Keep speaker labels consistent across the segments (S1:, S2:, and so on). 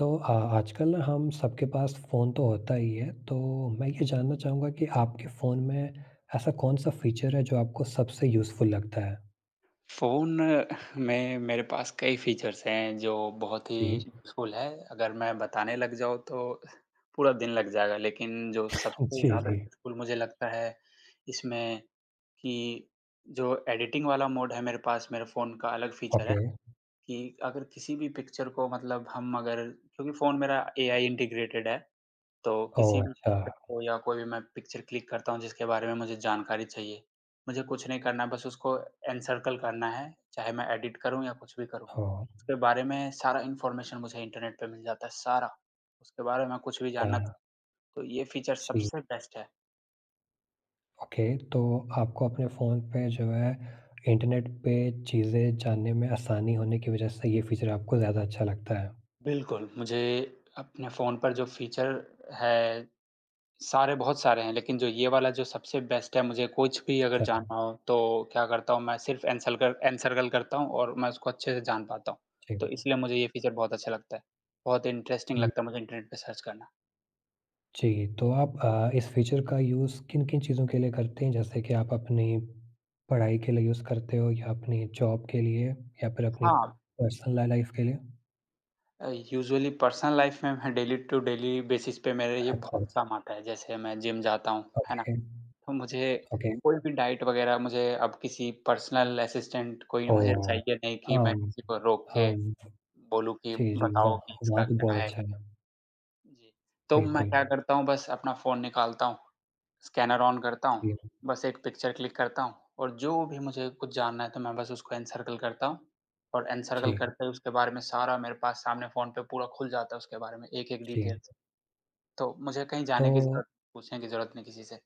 S1: तो आजकल ना हम सबके पास फ़ोन तो होता ही है, तो मैं ये जानना चाहूँगा कि आपके फ़ोन में ऐसा कौन-सा फ़ीचर है जो आपको सबसे यूज़फुल लगता है?
S2: फ़ोन में मेरे पास कई फ़ीचर्स हैं जो बहुत ही
S1: जी।
S2: यूज़फुल है। अगर मैं बताने लग जाऊँ तो पूरा दिन लग जाएगा, लेकिन जो सबसे
S1: जी,
S2: ज़्यादा
S1: जी।
S2: यूज़फुल मुझे लगता है इसमें कि जो एडिटिंग वाला मोड है मेरे पास, मेरे फ़ोन का अलग फ़ीचर है
S1: ओके।
S2: कि अगर किसी भी पिक्चर को, मतलब हम अगर, क्योंकि फ़ोन मेरा एआई इंटीग्रेटेड है। तो किसी
S1: ओह!
S2: भी
S1: अच्छा।
S2: पिक्चर को या कोई भी मैं पिक्चर क्लिक करता हूँ जिसके बारे में मुझे जानकारी चाहिए, मुझे कुछ नहीं करना है, बस उसको एनसर्कल करना है, चाहे मैं एडिट करूँ या कुछ भी करूँ।
S1: ओह!
S2: उसके बारे में सारा इन्फॉर्मेशन मुझे इंटरनेट पे मिल जाता है, सारा। उसके बारे में कुछ भी जानना,
S1: अच्छा।
S2: तो ये फीचर
S1: जी।
S2: सबसे बेस्ट है।
S1: ओके, तो आपको अपने फ़ोन पे जो है इंटरनेट पे चीज़ें जानने में आसानी होने की वज़ह से ये फ़ीचर आपको ज़्यादा अच्छा लगता है।
S2: बिल्कुल, मुझे अपने फ़ोन पर जो फीचर है, सारे बहुत सारे हैं, लेकिन जो ये वाला जो सबसे बेस्ट है, मुझे कुछ भी अगर
S1: अच्छा,
S2: जानना हो तो क्या करता हूँ, मैं सिर्फ़ एनसलकल एनसर्कल करता हूँ और मैं उसको अच्छे से जान पाता हूँ।
S1: जी।
S2: तो इसलिए मुझे ये फ़ीचर बहुत अच्छा लगता है। बहुत इंटरेस्टिंग
S1: जी।
S2: लगता है मुझे इंटरनेट पे सर्च करना।
S1: जी, तो आप इस फ़ीचर का यूज़ किन-किन चीज़ों के लिए करते हैं? जैसे कि आप अपनी पढ़ाई के लिए यूज़ करते हो या अपनी जॉब के लिए या फिर अपनी
S2: हाँ,
S1: पर्सनल ला लाइफ़ के लिए?
S2: यूजुअली पर्सनल लाइफ़ में मैं डेली टू डेली बेसिस पे मेरे ये
S1: अच्छा,
S2: बहुत
S1: अच्छा।
S2: काम आता है। जैसे मैं जिम जाता हूँ, है ना?
S1: ओके,
S2: तो मुझे
S1: ओके।
S2: कोई भी डाइट वग़ैरह, मुझे अब किसी पर्सनल असिस्टेंट कोई मुझे
S1: ओह!
S2: चाहिए नहीं कि मैं
S1: हाँ,
S2: किसी को रोक के
S1: हाँ।
S2: बोलूँ कि
S1: जी, जी।
S2: बताओ
S1: वाह!
S2: कि
S1: वहाँ
S2: इसका
S1: तो
S2: क्या
S1: बहुत
S2: है?
S1: अच्छा है।
S2: जी, तो मैं
S1: बिल्कुल।
S2: क्या करता हूँ, बस अपना फ़ोन निकालता हूँ, स्कैनर ऑन करता हूँ,
S1: जी,
S2: बस एक पिक्चर क्लिक करता हूँ और जो भी मुझे कुछ जानना है तो मैं बस उसको एनसर्कल करता हूँ, और एनसर्कल
S1: जी,
S2: करते ही उसके बारे में सारा मेरे पास सामने फ़ोन पे पूरा खुल जाता है, उसके बारे में एक-एक
S1: जी।
S2: डिटेल। तो मुझे कहीं जाने की
S1: तो
S2: ज़रूरत, पूछने की ज़रूरत नहीं किसी से।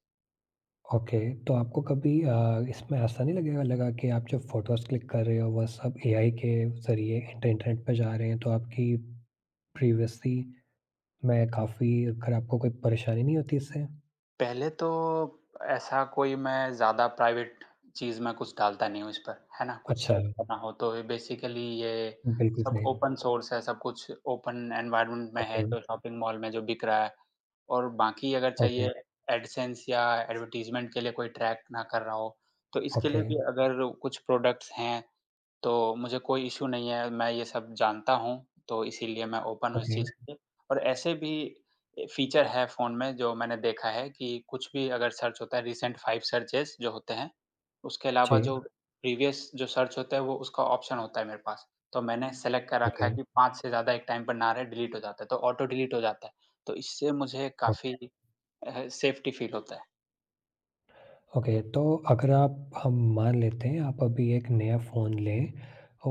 S1: ओके, तो आपको कभी इसमें ऐसा नहीं लगेगा लगा कि आप जब फ़ोटोज़ क्लिक कर रहे हो, वह सब एआई के ज़रिए इंटरनेट पे जा रहे हैं, तो आपकी प्रीवियसली मैं काफ़ी अगर आपको कोई परेशानी नहीं होती इससे?
S2: पहले तो ऐसा कोई मैं ज़्यादा प्राइवेट चीज़ में कुछ डालता नहीं हूँ इस पर, है ना? कुछ
S1: अच्छा,
S2: सर्च करना हो तो ये बेसिकली ये
S1: बिल्कुल
S2: सब
S1: सही।
S2: ओपन सोर्स है, सब कुछ ओपन एनवायरनमेंट में है,
S1: ओके,
S2: जो शॉपिंग मॉल में जो बिक रहा है। और बाकी अगर
S1: ओके,
S2: चाहिए एडसेंस या एडवर्टाइज़मेंट के लिए कोई ट्रैक ना कर रहा हो, तो इसके
S1: ओके,
S2: लिए भी अगर कुछ प्रोडक्ट्स हैं तो मुझे कोई इश्यू नहीं है, मैं ये सब जानता हूँ, तो इसीलिए मैं ओपन हूँ इस
S1: ओके।
S2: चीज़ के लिए। और ऐसे भी फ़ीचर है फ़ोन में जो मैंने देखा है कि कुछ भी अगर सर्च होता है, रिसेंट 5 सर्चेज़ जो होते हैं, उसके अलावा
S1: जी,
S2: जो प्रीवियस जो सर्च होता है वो उसका ऑप्शन होता है मेरे पास। तो मैंने सेलेक्ट कर रखा
S1: ओके,
S2: है कि 5 से ज़्यादा एक टाइम पर ना रहे, डिलीट हो जाता है, तो ऑटो डिलीट हो जाता है। तो इससे मुझे काफ़ी
S1: ओके,
S2: सेफ्टी फ़ील होता है।
S1: ओके। तो अगर आप हम मान लेते हैं आप अभी एक नया फ़ोन लें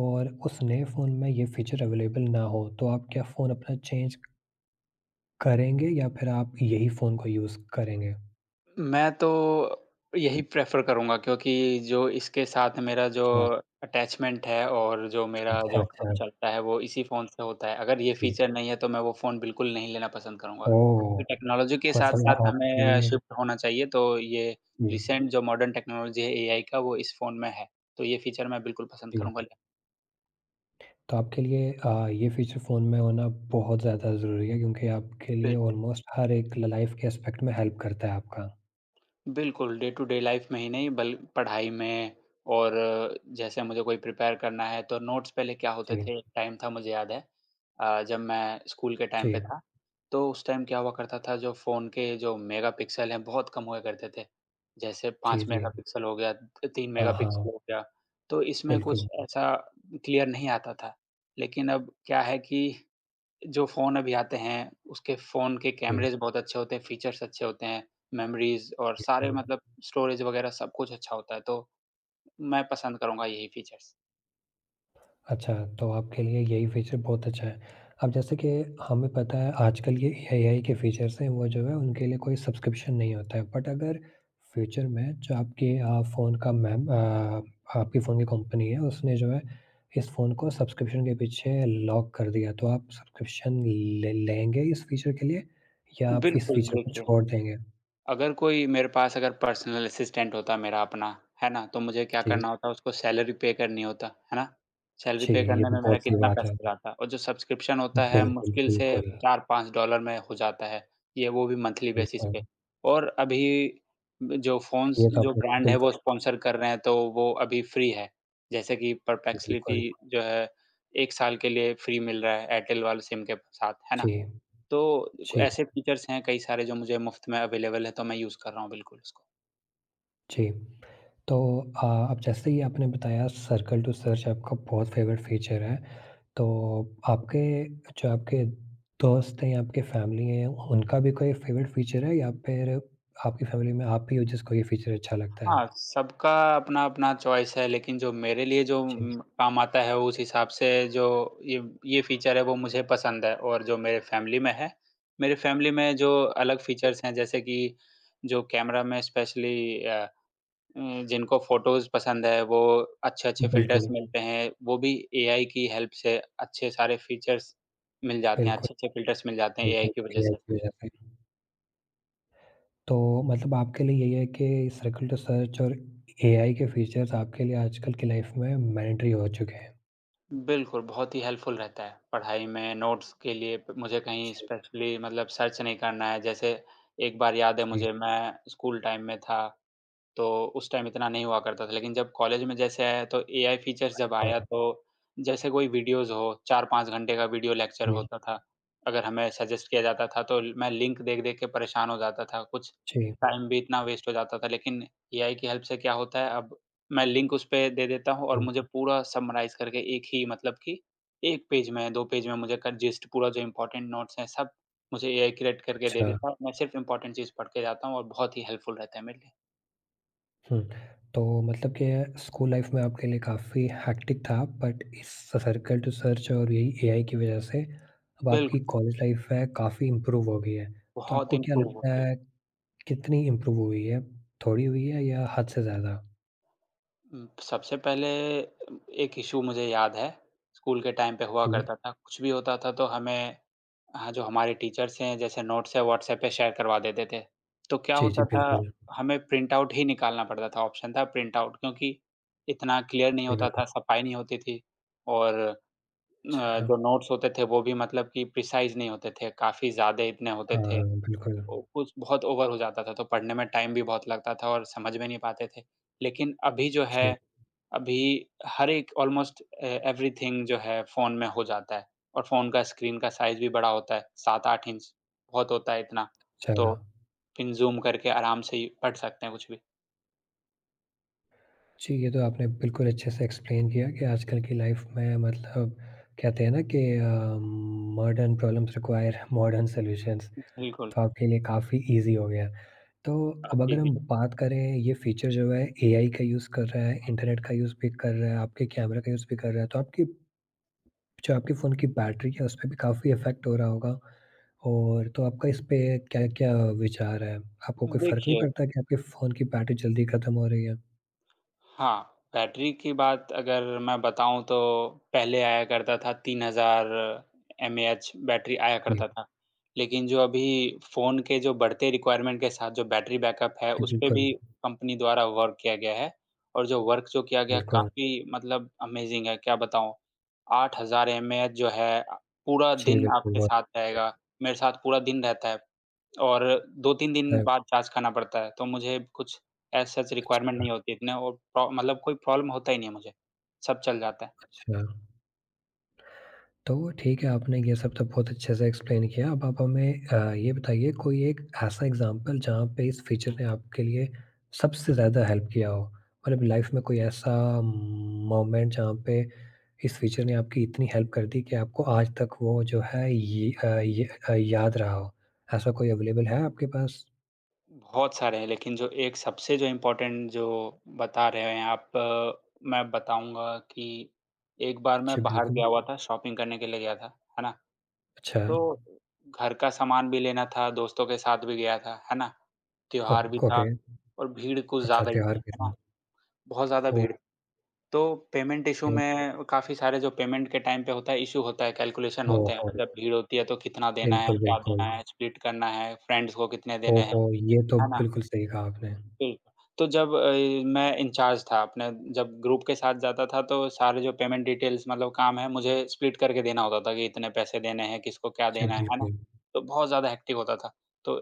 S1: और उस नए फ़ोन में ये फ़ीचर अवेलेबल ना हो, तो आप क्या फ़ोन अपना चेंज करेंगे या फिर आप यही फ़ोन को यूज़ करेंगे?
S2: मैं तो यही प्रेफ़र करूँगा क्योंकि जो इसके साथ मेरा जो
S1: अच्छा,
S2: अटैचमेंट है और जो मेरा
S1: अच्छा,
S2: जो
S1: अच्छा,
S2: काम चलता है वो इसी फ़ोन से होता है। अगर ये
S1: जी।
S2: फ़ीचर नहीं है तो मैं वो फ़ोन बिल्कुल नहीं लेना पसंद करूँगा। क्योंकि
S1: ओह!
S2: टेक्नोलॉजी के
S1: मतलब
S2: साथ-साथ
S1: आपके
S2: हमें
S1: लिए
S2: शिफ्ट होना चाहिए, तो ये
S1: जी,
S2: रिसेंट जो मॉडर्न टेक्नोलॉजी है एआई का, वो इस फ़ोन में है। तो ये फ़ीचर मैं बिल्कुल पसंद
S1: जी।
S2: करूँगा। ले
S1: तो आपके लिए ये फ़ीचर फ़ोन में होना बहुत ज़्यादा ज़रूरी है क्योंकि आपके लिए
S2: बिल
S1: ऑलमोस्ट हर एक लाइफ़ के एस्पेक्ट में हेल्प करता है आपका।
S2: बिल्कुल, डे टू डे लाइफ़ में ही नहीं, बल पढ़ाई में, और जैसे मुझे कोई प्रिपेयर करना है तो नोट्स पहले क्या होते
S1: जी,
S2: थे, एक टाइम था मुझे याद है, जब मैं स्कूल के टाइम पे
S1: जी,
S2: था, तो उस टाइम क्या हुआ करता था, जो फ़ोन के जो मेगापिक्सल हैं बहुत कम हुआ करते थे। जैसे
S1: जी,
S2: 5
S1: जी।
S2: मेगापिक्सल हो गया, 3
S1: हाँ, हाँ।
S2: मेगापिक्सल हो गया, तो इसमें कुछ
S1: बिल्कुल,
S2: ऐसा क्लियर नहीं आता था। लेकिन अब क्या है कि जो फ़ोन अभी आते हैं, उसके फ़ोन के
S1: जी,
S2: कैमरेज़ बहुत अच्छे होते हैं, फ़ीचर्स अच्छे होते हैं, मेमोरीज़ और सारे
S1: बिल्कुल।
S2: मतलब स्टोरेज वगैरह सब कुछ अच्छा होता है, तो मैं पसंद करूँगा यही फ़ीचर्स।
S1: अच्छा, तो आपके लिए यही फीचर बहुत अच्छा है। अब जैसे कि हमें पता है आजकल ये एआई के फीचर्स हैं वो जो है उनके लिए कोई सब्सक्रिप्शन नहीं होता है। बट अगर फ्यूचर में जो आपके फ़ोन का आपके फ़ोन की कंपनी है उसने जो है इस फ़ोन को सब्सक्रिप्शन के पीछे लॉक कर दिया तो आप सब्सक्रिप्शन ले लेंगे इस फीचर के लिए या आप इस
S2: बिल्कुल,
S1: फीचर को
S2: देखिए।
S1: छोड़ देंगे?
S2: अगर कोई मेरे पास अगर पर्सनल असिस्टेंट होता मेरा अपना, है ना? तो मुझे क्या
S1: जी,
S2: करना होता, उसको सैलरी पे करनी होता, है ना? सैलरी
S1: जी,
S2: पे
S1: ये
S2: करने
S1: तो
S2: में मेरा
S1: बहुत सही
S2: कितना
S1: बात है।
S2: पैसा जाता, और जो सब्सक्रिप्शन होता है
S1: बिल्कुल,
S2: मुश्किल से
S1: बिल्कुल,
S2: 4-5 डॉलर में हो जाता है, ये वो भी मंथली बेसिस
S1: बिल्कुल।
S2: पे। और अभी जो फ़ोन्स
S1: ये तो
S2: जो
S1: आपने
S2: ब्रांड है वो स्पॉन्सर कर रहे हैं, तो वो अभी फ्री है। जैसे कि परपेक्सिलिटी
S1: बिल्कुल।
S2: जो है, 1 साल के लिए फ्री मिल रहा है एयरटेल वाले सिम के साथ, है ना?
S1: जी,
S2: तो
S1: जी।
S2: ऐसे फीचर्स हैं कई सारे जो मुझे मुफ़्त में अवेलेबल है, तो मैं यूज़ कर रहा हूँ बिल्कुल उसको।
S1: जी। तो अब जैसे ही आपने बताया सर्कल टू सर्च आपका बहुत फ़ेवरेट फ़ीचर है। तो आपके जो आपके दोस्त हैं या आपके फैमिली हैं उनका भी कोई फ़ेवरेट फ़ीचर है या फिर आपकी फैमिली में आप ही हो जिसको ये फ़ीचर अच्छा लगता है?
S2: हाँ, सबका अपना-अपना चॉइस है, लेकिन जो मेरे लिए जो
S1: जी।
S2: काम आता है, उस हिसाब से जो ये ये फीचर है वो मुझे पसंद है, और जो मेरे फैमिली में है, मेरे फैमिली में जो अलग फीचर्स हैं, जैसे कि जो कैमरा में स्पेशली जिनको फ़ोटोज़ पसंद है, वो अच्छे-अच्छे फ़िल्टर्स
S1: बिल्कुल,
S2: मिलते हैं, वो भी एआई की हेल्प से अच्छे सारे फीचर्स मिल जाते हैं,
S1: बिल्कुल,
S2: अच्छे-अच्छे फ़िल्टर्स मिल जाते हैं एआई
S1: बिल्कुल
S2: की वजह
S1: एआई
S2: से।
S1: की वज़ह से। तो मतलब आपके लिए यही है कि सर्कल टू सर्च और एआई के फ़ीचर्स आपके लिए आजकल की लाइफ़ में मैंडेटरी हो चुके हैं।
S2: बिल्कुल, बहुत ही हेल्पफुल रहता है। पढ़ाई में नोट्स के लिए प मुझे कहीं
S1: जी,
S2: स्पेशली मतलब सर्च नहीं करना है। जैसे एक बार याद है
S1: जी।
S2: मुझे, मैं स्कूल टाइम में था तो उस टाइम इतना नहीं हुआ करता था, लेकिन जब कॉलेज में जैसे आया तो एआई फीचर्स जब
S1: हाँ,
S2: आया तो, जैसे कोई वीडियोज़ हो, 4-5 घंटे का वीडियो लेक्चर
S1: जी,
S2: होता था। अगर हमें सजेस्ट किया जाता था तो मैं लिंक देख-देख के परेशान हो जाता था, कुछ
S1: जी,
S2: टाइम भी इतना वेस्ट हो जाता था, लेकिन एआई की हेल्प से क्या होता है अब, मैं लिंक उस पे दे देता हूँ और मुझे
S1: जी।
S2: पूरा समराइज़ करके एक ही मतलब कि 1 पेज में, 2 पेज में मुझे कर जिस्ट पूरा, जो इम्पोर्टेंट नोट्स हैं सब, मुझे एआई क्रिएट करके दे
S1: अच्छा।
S2: देता है। मैं सिर्फ़ इम्पोर्टेंट चीज़ पढ़ के जाता हूँ, और बहुत ही हेल्पफुल रहता है मेरे लिए।
S1: हुँ, तो मतलब कि स्कूल लाइफ में आपके लिए काफ़ी हेक्टिक था बट इस सर्कल टू सर्च और यही एआई की वजह से अब आपकी
S2: बिल्कुल।
S1: कॉलेज लाइफ है काफ़ी इम्प्रूव हो गई है। तो
S2: बहुत
S1: आपको क्या
S2: इम्प्रूव
S1: लगता
S2: हुई है।
S1: है कितनी इम्प्रूव हुई है? थोड़ी हुई है या हद से ज़्यादा?
S2: सबसे पहले एक इश्यू मुझे याद है, स्कूल के टाइम पे हुआ
S1: जी।
S2: करता था, कुछ भी होता था तो हमें, हाँ, जो हमारे टीचर्स हैं जैसे नोट्स है व्हाट्सएप पे शेयर करवा देते थे। तो क्या
S1: जी, जी,
S2: होता था,
S1: बिल्कुल।
S2: हमें प्रिंट आउट ही निकालना पड़ता था, ऑप्शन था प्रिंट आउट, क्योंकि इतना क्लियर नहीं
S1: जी,
S2: होता
S1: बिल्कुल।
S2: था, सफाई नहीं होती थी, और
S1: अच्छा,
S2: जो नोट्स होते थे वो भी मतलब कि प्रिसाइज़ नहीं होते थे, काफ़ी ज़्यादा इतने होते थे।
S1: हाँ, बिल्कुल।
S2: कुछ बहुत ओवर हो जाता था, तो पढ़ने में टाइम भी बहुत लगता था और समझ में नहीं पाते थे। लेकिन अभी जो है,
S1: जी,
S2: अभी हर एक ऑलमोस्ट एवरीथिंग जो है फ़ोन में हो जाता है, और फ़ोन का स्क्रीन का साइज़ भी बड़ा होता है, 7-8 इंच, बहुत होता है इतना।
S1: अच्छा।
S2: तो फिर ज़ूम करके आराम से ही पढ़ सकते हैं कुछ भी।
S1: जी, ये तो आपने बिल्कुल अच्छे से एक्सप्लेन किया कि आजकल की लाइफ में मतलब कहते हैं ना कि modern problems require modern solutions.
S2: बिल्कुल,
S1: तो आपके लिए काफ़ी ईज़ी हो गया। तो अब
S2: काफ़ी
S1: अगर
S2: इज़ी
S1: हम
S2: है।
S1: बात करें ये फ़ीचर जो है एआई का यूज़ कर रहा है, इंटरनेट का यूज़ भी कर रहा है, आपके कैमरा का यूज़ भी कर रहा है, तो आपकी जो आपके फ़ोन की बैटरी है, उसपे भी काफ़ी इफ़ेक्ट हो रहा होगा। और तो आपका इस पे क्या-क्या विचार है? आपको कोई फ़र्क नहीं
S2: देखिए,
S1: पड़ता कि आपके फ़ोन की बैटरी जल्दी ख़त्म हो रही है?
S2: हाँ, बैटरी की बात अगर मैं बताऊँ तो पहले आया करता था 3,000 एमएएच बैटरी आया
S1: जी,
S2: करता था। लेकिन जो अभी फ़ोन के जो बढ़ते रिक्वायरमेंट के साथ जो बैटरी बैकअप है,
S1: जी
S2: उसपे
S1: बिल्कुल,
S2: भी कंपनी द्वारा वर्क किया गया है, और जो वर्क जो किया गया
S1: बिल्कुल।
S2: काफ़ी मतलब अमेज़िंग है, क्या बताऊँ? 8,000 एमएएच जो है, पूरा
S1: जी,
S2: दिन
S1: बिल्कुल,
S2: आपके
S1: बहुत
S2: साथ रहेगा, मेरे साथ पूरा दिन रहता है। और 2-3 दिन बाद छाछ खाना पड़ता है, तो मुझे कुछ एज़ सच रिक्वायरमेंट
S1: अच्छा,
S2: नहीं होती इतने, और प्रॉ मतलब कोई प्रॉब्लम होता ही नहीं है मुझे, सब चल जाता है।
S1: अच्छा। तो ठीक है, आपने ये सब तो बहुत अच्छे से एक्सप्लेन किया। अब आप हमें ये बताइए कोई एक ऐसा एग्ज़ाम्पल जहाँ पे इस फीचर
S2: हुँ।
S1: ने आपके लिए सबसे ज़्यादा हेल्प किया हो? मतलब लाइफ़ में कोई ऐसा मोमेंट जहाँ पे इस फीचर ने आपकी इतनी हेल्प कर दी कि आपको आज तक वो जो है याद रहा हो। ऐसा कोई अवेलेबल है आपके पास?
S2: बहुत सारे हैं, लेकिन जो एक सबसे जो इम्पोर्टेंट जो बता रहे हैं आप, मैं बताऊँगा कि, एक बार
S1: जी,
S2: मैं बाहर
S1: बिल्कुल।
S2: गया हुआ था, शॉपिंग करने के लिए गया था, है ना?
S1: अच्छा।
S2: तो घर का सामान भी लेना था, दोस्तों के साथ भी गया था, है ना? त्योहार भी
S1: ओक
S2: था
S1: ओके।
S2: और भीड़ कुछ
S1: अच्छा,
S2: ज़्यादा ही थी,
S1: त्योहार
S2: है
S1: के
S2: ना?
S1: दिन।
S2: बहुत ज़्यादा
S1: ओके।
S2: भीड़, तो पेमेंट इश्यू में काफ़ी सारे, जो पेमेंट के टाइम पे होता है, इश्यू होता है, कैलकुलेशन
S1: ओह
S2: होते हैं
S1: हो!
S2: ना, जब भीड़ होती है तो कितना देना है,
S1: बिल्कुल,
S2: क्या
S1: बिल्कुल।
S2: देना है, स्प्लिट करना है, फ्रेंड्स को कितने देने हैं,
S1: ओहो! ये तो
S2: है ना?
S1: बिल्कुल सही कहा आपने।
S2: बिल्कुल। तो जब मैं इंचार्ज था, अपने जब ग्रुप के साथ जाता था तो सारे जो पेमेंट डिटेल्स, मतलब काम है, मुझे स्प्लिट करके देना होता था कि इतने पैसे देने हैं, किसको क्या
S1: जी,
S2: देना है ना?
S1: बिल्कुल।
S2: तो बहुत ज़्यादा हेक्टिक होता था। तो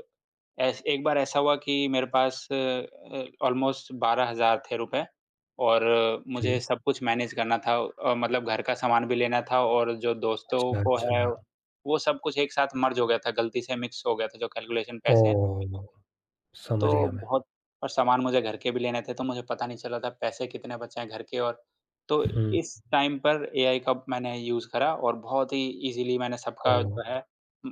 S2: ऐस एक बार ऐसा हुआ कि मेरे पास ऑलमोस्ट 12,000 थे रुपए। और
S1: जी,
S2: मुझे सब कुछ मैनेज करना था। मतलब घर का सामान भी लेना था और जो दोस्तों
S1: अच्छा,
S2: को है,
S1: अच्छा।
S2: वो सब कुछ एक साथ मर्ज हो गया था, गलती से मिक्स हो गया था जो कैलकुलेशन पैसे हैं।
S1: ओह!
S2: तो
S1: समझ गया मैं।
S2: बहुत और सामान मुझे घर के भी लेने थे, तो मुझे पता नहीं चला था पैसे कितने बचे हैं घर के। और तो
S1: हुँ,
S2: इस टाइम पर एआई का मैंने यूज़ करा और बहुत ही ईज़िली मैंने सबका
S1: ओह!
S2: जो है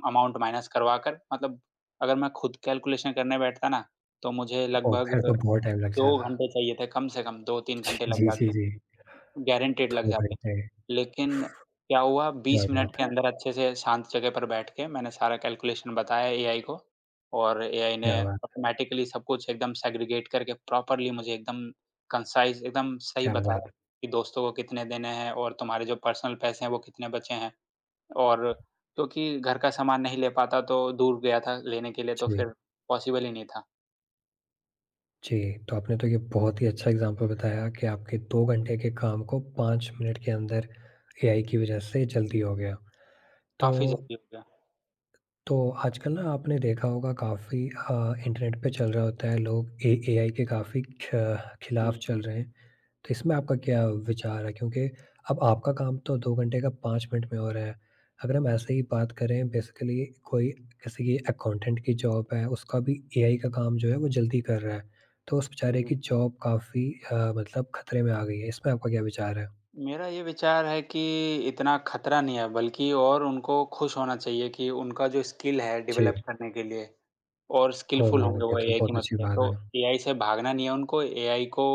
S2: अमाउंट माइनस करवा कर, मतलब अगर मैं खुद कैलकुलेशन करने बैठता ना, तो मुझे
S1: ओह!
S2: लगभग
S1: फिर तो बहुत टाइम लग
S2: 2
S1: जाता।
S2: घंटे चाहिए थे, कम से कम 2-3 घंटे लग
S1: जी, जी,
S2: जाते,
S1: जी।
S2: गारंटीड लग
S1: 2
S2: जाते।
S1: घंटे,
S2: लेकिन क्या हुआ,
S1: क्या
S2: 20 हाँ, मिनट
S1: बात
S2: के हाँ।
S1: है,
S2: अंदर अच्छे से शांत जगह पर बैठ के मैंने सारा कैलकुलेशन बताया एआई को, और एआई ने
S1: क्या बात,
S2: ऑटोमैटिकली सब कुछ एकदम सेग्रीगेट करके प्रॉपर्ली मुझे एकदम कंसाइज़, एकदम सही
S1: क्या
S2: बताया
S1: बात।
S2: कि दोस्तों को कितने देने हैं और तुम्हारे जो पर्सनल पैसे हैं वो कितने बचे हैं। और क्योंकि घर का सामान नहीं ले पाता, तो दूर गया था लेने के लिए, तो
S1: जी,
S2: फिर पॉसिबल ही नहीं था।
S1: जी, तो आपने तो ये बहुत ही अच्छा एग्ज़ाम्पल बताया कि आपके 2 घंटे के काम को 5 मिनट के अंदर एआई की वज़ह से जल्दी हो गया। तो
S2: काफ़ी ज़रूरी हो गया।
S1: तो आजकल ना आपने देखा होगा काफ़ी अ, इंटरनेट पे चल रहा होता है लोग ए एआई के काफ़ी ख खिलाफ
S2: हुँ,
S1: चल रहे हैं। तो इसमें आपका क्या विचार है? क्योंकि अब आपका काम तो 2 घंटे का 5 मिनट में हो रहा है। अगर हम ऐसे ही बात करें बेसिकली कोई किसी की अकाउंटेंट की जॉब है उसका भी एआई का काम जो है वो जल्दी कर रहा है। तो उस बेचारे
S2: हुँ।
S1: की जॉब काफ़ी मतलब खतरे में आ गई है। इसमें आपका क्या विचार है?
S2: मेरा ये विचार है कि इतना खतरा नहीं है, बल्कि और उनको खुश होना चाहिए कि उनका जो स्किल है
S1: जी।
S2: डेवलप करने के लिए, और स्किलफुल
S1: ओह!
S2: होंगे
S1: ये
S2: वो
S1: तो
S2: एआई की
S1: बहुत अच्छी
S2: मदद से।
S1: बात
S2: तो
S1: है।
S2: एआई से भागना नहीं है उनको, एआई को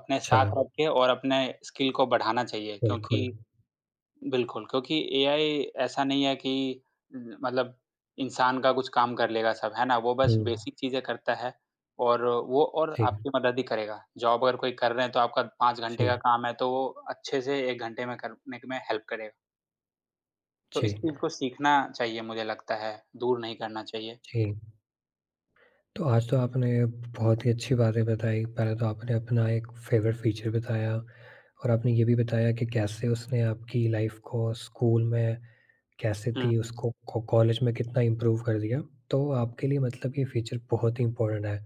S2: अपने
S1: अच्छा,
S2: साथ रख के और अपने स्किल को बढ़ाना चाहिए।
S1: बिल्कुल।
S2: क्योंकि बिल्कुल, क्योंकि एआई ऐसा नहीं है कि मतलब इंसान का कुछ काम कर लेगा सब, है ना? वो बस
S1: हुँ।
S2: बेसिक चीज़ें करता है, और वो और
S1: जी,
S2: आपकी मदद ही करेगा। जॉब अगर कोई कर रहे हैं तो आपका 5 घंटे
S1: जी।
S2: का काम है, तो वो अच्छे से 1 घंटे में करने में हेल्प करेगा। तो इस
S1: जी,
S2: चीज़ को सीखना चाहिए मुझे लगता है, दूर नहीं करना चाहिए।
S1: जी। तो आज तो आपने बहुत ही अच्छी बातें बताई, पहले तो आपने अपना एक फेवरेट फ़ीचर बताया और आपने ये भी बताया कि कैसे उसने आपकी लाइफ़ को स्कूल में कैसे
S2: हुँ,
S1: थी,
S2: हुँ।
S1: उसको को कॉलेज में कितना इम्प्रूव कर दिया, तो आपके लिए मतलब ये फ़ीचर बहुत ही इम्पोर्टेंट है।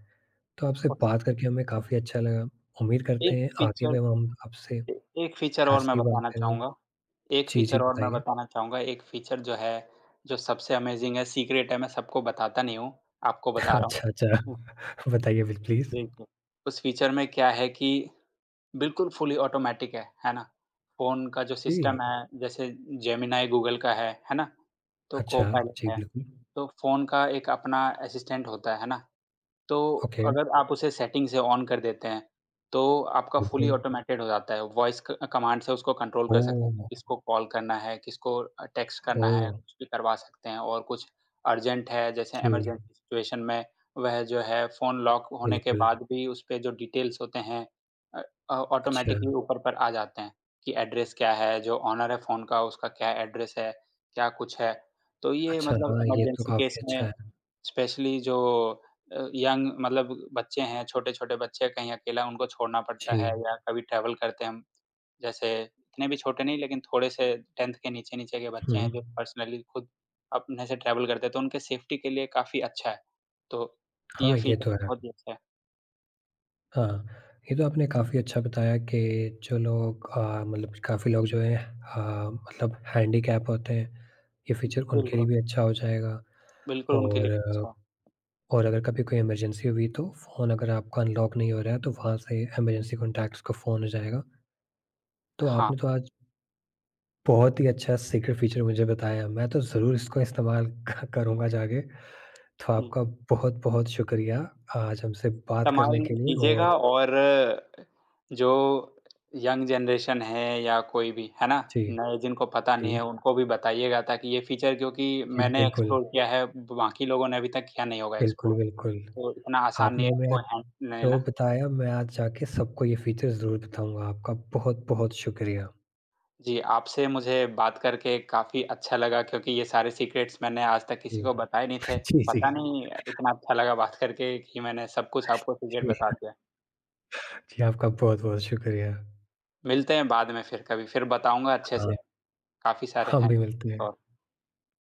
S1: तो आपसे
S2: और
S1: बात करके हमें काफ़ी अच्छा लगा, उम्मीद करते
S2: एक
S1: हैं आगे
S2: फीचर
S1: भी हम आपसे
S2: ए एक फ़ीचर और
S1: ऐसे
S2: मैं
S1: ही बात
S2: बताना
S1: करेंगे।
S2: चाहूँगा एक
S1: जी, जी,
S2: फ़ीचर और मैं
S1: बताइए।
S2: बताना चाहूँगा, एक फ़ीचर जो है, जो सबसे अमेज़िंग है, सीक्रेट है, मैं सबको बताता नहीं हूँ, आपको बता रहा हूँ।
S1: अच्छा, अच्छा, बताइए बिल प्लीज़।
S2: देखिए, उस फ़ीचर में क्या है कि बिल्कुल फुली ऑटोमैटिक है ना? फ़ोन का जो
S1: जी,
S2: सिस्टम है, जैसे जेमिनी गूगल का है ना? तो
S1: अच्छा,
S2: कोपायलट
S1: जी,
S2: है,
S1: बिल्कुल।
S2: तो फ़ोन का एक अपना असिस्टेंट होता है ना? तो
S1: ओके,
S2: अगर आप उसे सेटिंग से ऑन कर देते हैं, तो आपका फुली
S1: बिल्कुल।
S2: ऑटोमेटेड हो जाता है। वॉइस क कमांड से उसको कंट्रोल कर सकते हैं कि
S1: ओह!
S2: किसको कॉल करना है, किसको टेक्स्ट करना है,
S1: ओह!
S2: कुछ भी करवा सकते हैं। और कुछ अर्जेंट है जैसे
S1: जी,
S2: इमरजेंसी सिचुएशन में, वह जो है फ़ोन लॉक होने के
S1: बिल्कुल।
S2: बाद भी उस पे जो डिटेल्स होते हैं अ
S1: अच्छा,
S2: ऑटोमेटिकली ऊपर पर आ जाते हैं कि एड्रेस क्या है, जो ओनर है फ़ोन का उसका क्या एड्रेस है, क्या कुछ है। तो ये
S1: अच्छा
S2: मतलब
S1: हाँ, ये तो
S2: इमरजेंसी केस
S1: काफ़ी अच्छा
S2: में
S1: है।
S2: स्पेशली जो यंग मतलब बच्चे हैं, छोटे-छोटे बच्चे कहीं अकेला उनको छोड़ना पड़ता है
S1: जी,
S2: या कभी ट्रैवल करते हैं हम, जैसे इतने भी छोटे नहीं लेकिन थोड़े से 10th के नीचे-नीचे के बच्चे
S1: हुँ।
S2: हैं जो पर्सनली खुद अपने से ट्रैवल करते हैं, तो उनके सेफ्टी के लिए काफ़ी अच्छा है। तो ये
S1: हाँ, ये तो
S2: फीचर
S1: है।
S2: बहुत ही अच्छा है।
S1: हाँ, ये तो आपने काफ़ी अच्छा बताया कि जो लोग मतलब काफ़ी लोग जो हैं मतलब हैंडीकैप होते हैं, ये फ़ीचर उनके लिए
S2: बिल्कुल,
S1: भी अच्छा हो जाएगा
S2: बिल्कुल उनके लिए भी
S1: और
S2: अच्छा है।
S1: और अगर कभी कोई इमरजेंसी हुई तो फ़ोन अगर आपका अनलॉक नहीं हो रहा है, तो वहाँ से इमरजेंसी कॉन्टैक्ट्स को फ़ोन हो जाएगा। तो
S2: हाँ।
S1: आपने तो आज बहुत ही अच्छा सीक्रेट फीचर मुझे बताया। मैं तो ज़रूर इसको इस्तेमाल क करूँगा जाके। तो
S2: हुँ।
S1: आपका बहुत-बहुत शुक्रिया आज हमसे बात
S2: इस्तेमाल
S1: करने के लिए
S2: कीजिएगा।
S1: और
S2: और जो यंग जनरेशन है या कोई भी, है ना?
S1: जी,
S2: नए जिनको पता
S1: जी,
S2: नहीं है उनको भी बताइएगा ताकि ये फ़ीचर, क्योंकि
S1: जी,
S2: मैंने
S1: बिल्कुल,
S2: एक्सप्लोर किया है, बाकी लोगों ने अभी तक किया नहीं होगा
S1: बिल्कुल,
S2: एक्सप्लोर।
S1: बिल्कुल।
S2: तो इतना आसान नहीं
S1: आपने
S2: है इसको
S1: हमें
S2: हैक
S1: जो
S2: लेना।
S1: बताया मैं आज जाके सबको ये फीचर ज़रूर बताऊँगा। आपका बहुत-बहुत शुक्रिया।
S2: जी, आपसे मुझे बात करके काफ़ी अच्छा लगा क्योंकि ये सारे सीक्रेट्स मैंने आज तक
S1: जी,
S2: किसी को बताए नहीं थे।
S1: जी, जी,
S2: पता नहीं इतना अच्छा लगा बात करके कि मैंने सब कुछ आपको सीक्रेट
S1: जी,
S2: बता दिया।
S1: जी, आपका बहुत-बहुत शुक्रिया।
S2: मिलते हैं बाद में फिर कभी, फिर बताऊँगा अच्छे
S1: हाँ,
S2: से, काफ़ी सारे
S1: हम
S2: हैं
S1: भी मिलते हैं।
S2: और